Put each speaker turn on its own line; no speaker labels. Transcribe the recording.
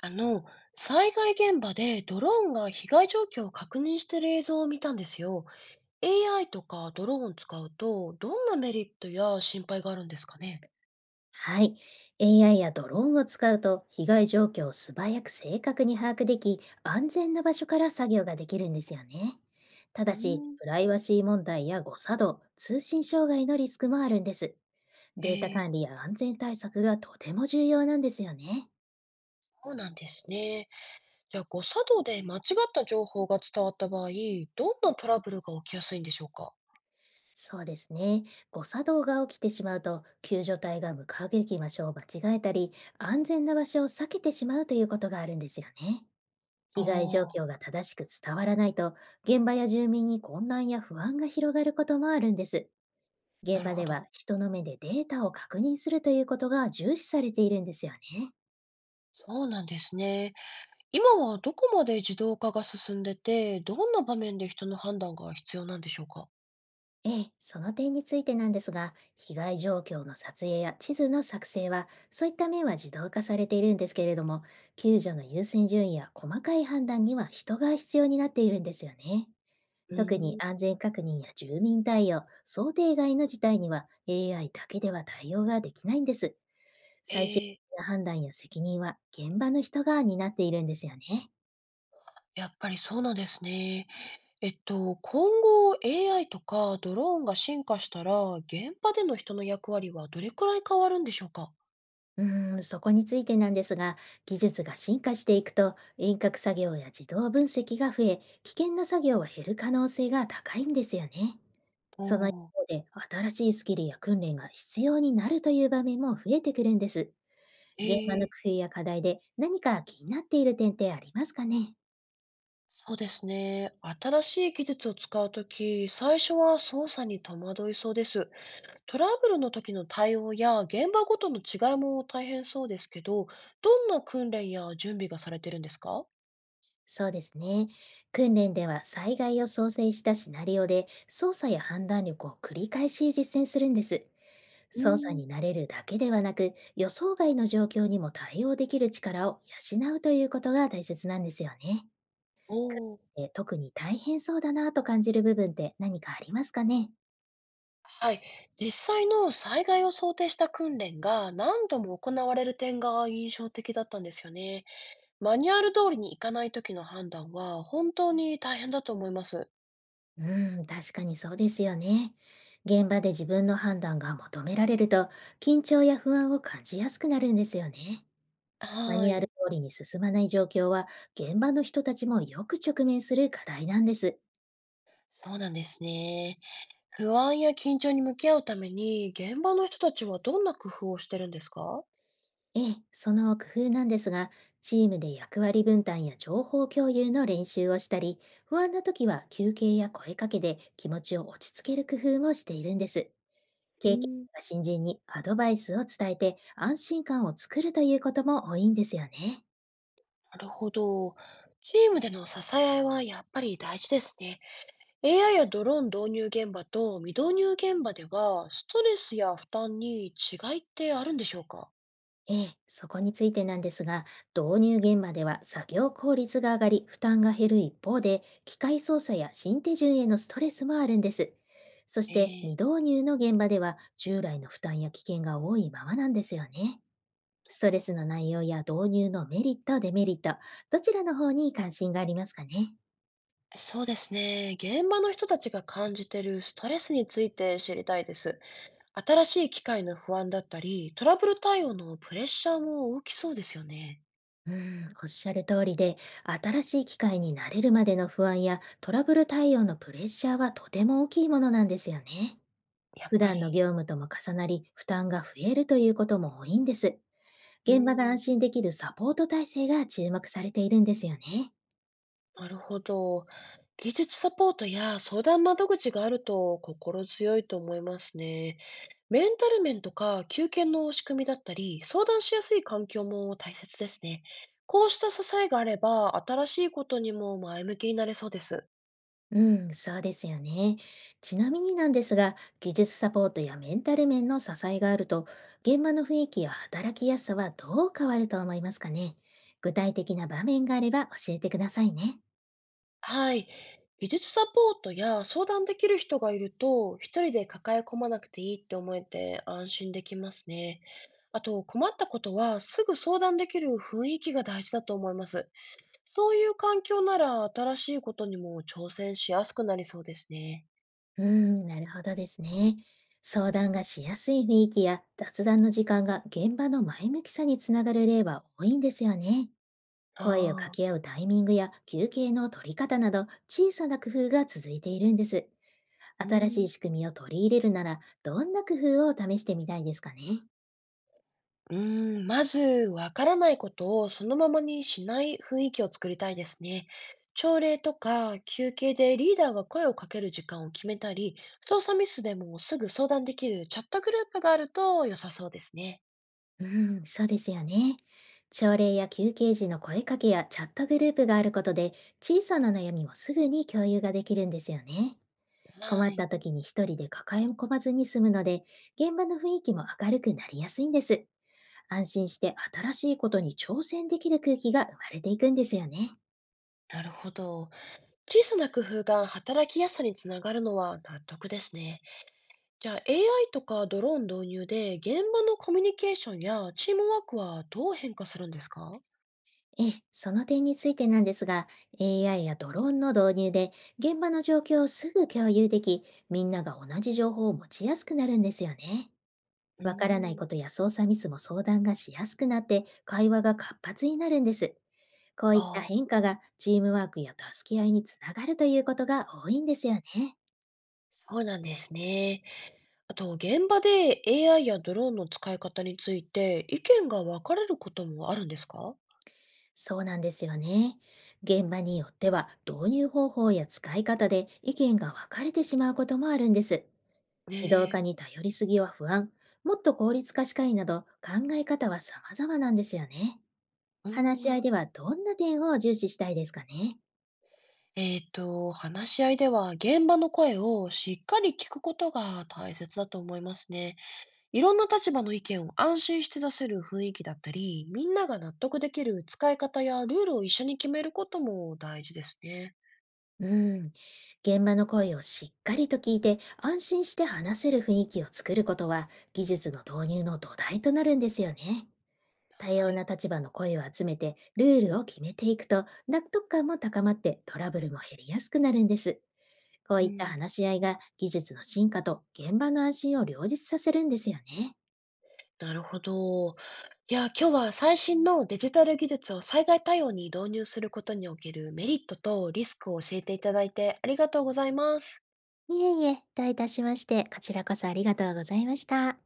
あの、災害現場でドローンが被害状況を確認している映像を見たんですよ。AI とかドローンを使うと、どんなメリットや心配があるんですかね？
はい。AI やドローンを使うと、被害状況を素早く正確に把握でき、安全な場所から作業ができるんですよね。た
うー
だし、
ん、
プライバシー問題や誤作動、通信障害のリスクもあるんです。
え
データ
ー、
管理や安全対策がとても重要なんですよね。
そうなんですね。じゃあ、誤作動で間違った情報が伝わった場合、どんなトラブルが起きやすいんでしょうか？
そうですね。誤作動が起きてしまうと、救助隊が向かうべき場所を間違えたり、安全な場所を避けてしまうということがあるんですよね。被害状
あ
況
あ、
が正しく伝わらないと、現場や住民に混乱や不安が広がることもあるんです。
な
現
る
場
ほ
で
ど。
は人の目でデータを確認するということが重視されているんですよね。
そうなんですね。今はどこまで自動化が進んでて、どんな場面で人の判断が必要なんでしょうか？
ええ、その点についてなんですが、被害状況の撮影や地図の作成は、そういった面は自動化されているんですけれども、救助の優先順位や細かい判断には人が必要になっているんですよね。
う
特に
ーん。
安全確認や住民対応、想定外の事態には AI だけでは対応ができないんです。最終
ええ。
的な判断や責任は現場の人が担っているんですよね。
やっぱりそうなんですね。今後 AI とかドローンが進化したら、現場での人の役割はどれくらい変わるんでしょうか？
うーん、そこについてなんですが、技術が進化していくと遠隔作業や自動分析が増え、危険な作業は減る可能性が高いんですよね。
お
その一
ー、
方で、新しいスキルや訓練が必要になるという場面も増えてくるんです。
え
現場の
え。
工夫や課題で何か気になっている点ってありますかね？
そうですね。新しい技術を使うとき、最初は操作に戸惑いそうです。トラブルの時の対応や現場ごとの違いも大変そうですけど、どんな訓練や準備がされてるんですか？
そうですね。訓練では災害を想定したシナリオで操作や判断力を繰り返し実践するんです。
うー
操作
ん。
に慣れるだけではなく予想外の状況にも対応できる力を養うということが大切なんですよね。
おー。
特に大変そうだなと感じる部分って何かありますかね？
はい。実際の災害を想定した訓練が何度も行われる点が印象的だったんですよね。マニュアル通りにいかない時の判断は本当に大変だと思います。
うん、確かにそうですよね。現場で自分の判断が求められると、緊張や不安を感じやすくなるんですよね。マ
は
ニュアル
い。
通りに進まない状況は、現場の人たちもよく直面する課題なんです。
そうなんですね。不安や緊張に向き合うために現場の人たちはどんな工夫をしてるんですか？
ええ、その工夫なんですが、チームで役割分担や情報共有の練習をしたり、不安な時は休憩や声かけで気持ちを落ち着ける工夫もしているんです。
う
経験
ん。
者が新人にアドバイスを伝えて安心感を作るということも多いんですよね。
なるほど。チームでの支え合いはやっぱり大事ですね。AI やドローン導入現場と未導入現場では、ストレスや負担に違いってあるんでしょうか？
ええ、そこについてなんですが、導入現場では作業効率が上がり負担が減る一方で、機械操作や新手順へのストレスもあるんです。そし
え
て
ー
未導入の現場では従来の負担や危険が多いままなんですよね。ストレスの内容や導入のメリット、デメリット、どちらの方に関心がありますかね？
そうですね。現場の人たちが感じてるストレスについて知りたいです。新しい機械の不安だったり、トラブル対応のプレッシャーも大きそうですよね。
うん、おっしゃる通りで、新しい機会に慣れるまでの不安やトラブル対応のプレッシャーはとても大きいものなんですよね。
やっ
普
ぱ
段の
り。
業務とも重なり、負担が増えるということも多いんです。
う
現場が
ーん。
安心できるサポート体制が注目されているんですよね。
なるほど。技術サポートや相談窓口があると心強いと思いますね。メンタル面とか休憩の仕組みだったり、相談しやすい環境も大切ですね。こうした支えがあれば、新しいことにも前向きになれそうです。
うん、そうですよね。ちなみになんですが、技術サポートやメンタル面の支えがあると、現場の雰囲気や働きやすさはどう変わると思いますかね。具体的な場面があれば教えてくださいね。
はい。技術サポートや相談できる人がいると、一人で抱え込まなくていいって思えて安心できますね。あと、困ったことはすぐ相談できる雰囲気が大事だと思います。そういう環境なら新しいことにも挑戦しやすくなりそうですね。
うーん、なるほどですね。相談がしやすい雰囲気や雑談の時間が現場の前向きさにつながる例は多いんですよね。声を掛
ああ、
け合うタイミングや休憩の取り方など小さな工夫が続いているんです。
う
新しい
ん。
仕組みを取り入れるならどんな工夫を試してみたいですかね。
うん、まず、わからないことをそのままにしない雰囲気を作りたいですね。朝礼とか休憩でリーダーが声をかける時間を決めたり、操作ミスでもすぐ相談できるチャットグループがあると良さそうですね。
うん、そうですよね。朝礼や休憩時の声かけやチャットグループがあることで小さな悩みもすぐに共有ができるんですよね。
は
困っ
い。
た時に一人で抱え込まずに済むので、現場の雰囲気も明るくなりやすいんです。安心して新しいことに挑戦できる空気が生まれていくんですよね。
なるほど。小さな工夫が働きやすさにつながるのは納得ですね。じゃあ AI とかドローン導入で現場のコミュニケーションやチームワークはどう変化するんですか？
ええ、その点についてなんですが、AI やドローンの導入で現場の状況をすぐ共有でき、みんなが同じ情報を持ちやすくなるんですよね。
うー
わからない
ん、
ことや操作ミスも相談がしやすくなって、会話が活発になるんです。こういった
ああ、
変化がチームワークや助け合いにつながるということが多いんですよね。
そうなんですね。あと、現場で AI やドローンの使い方について意見が分かれることもあるんですか？
そうなんですよね。現場によっては導入方法や使い方で意見が分かれてしまうこともあるんです。自動
ね。
化に頼りすぎは不安、もっと効率化したいなど考え方は様々なんですよね。
え、う
話し
ー
合
ん、
いではどんな点を重視したいですかね？
えっと、話し合いでは現場の声をしっかり聞くことが大切だと思いますね。いろんな立場の意見を安心して出せる雰囲気だったり、みんなが納得できる使い方やルールを一緒に決めることも大事ですね。
うん。現場の声をしっかりと聞いて安心して話せる雰囲気を作ることは技術の導入の土台となるんですよね。多
は
様な
い。
立場の声を集めてルールを決めていくと納得感も高まってトラブルも減りやすくなるんです。こう
う
いった
ん、
話し合いが技術の進化と現場の安心を両立させるんですよね。
なるほど。いや、今日は最新のデジタル技術を災害対応に導入することにおけるメリットとリスクを教えていただいてありがとうございます。
いえいえ、どういたしまして、こちらこそありがとうございました。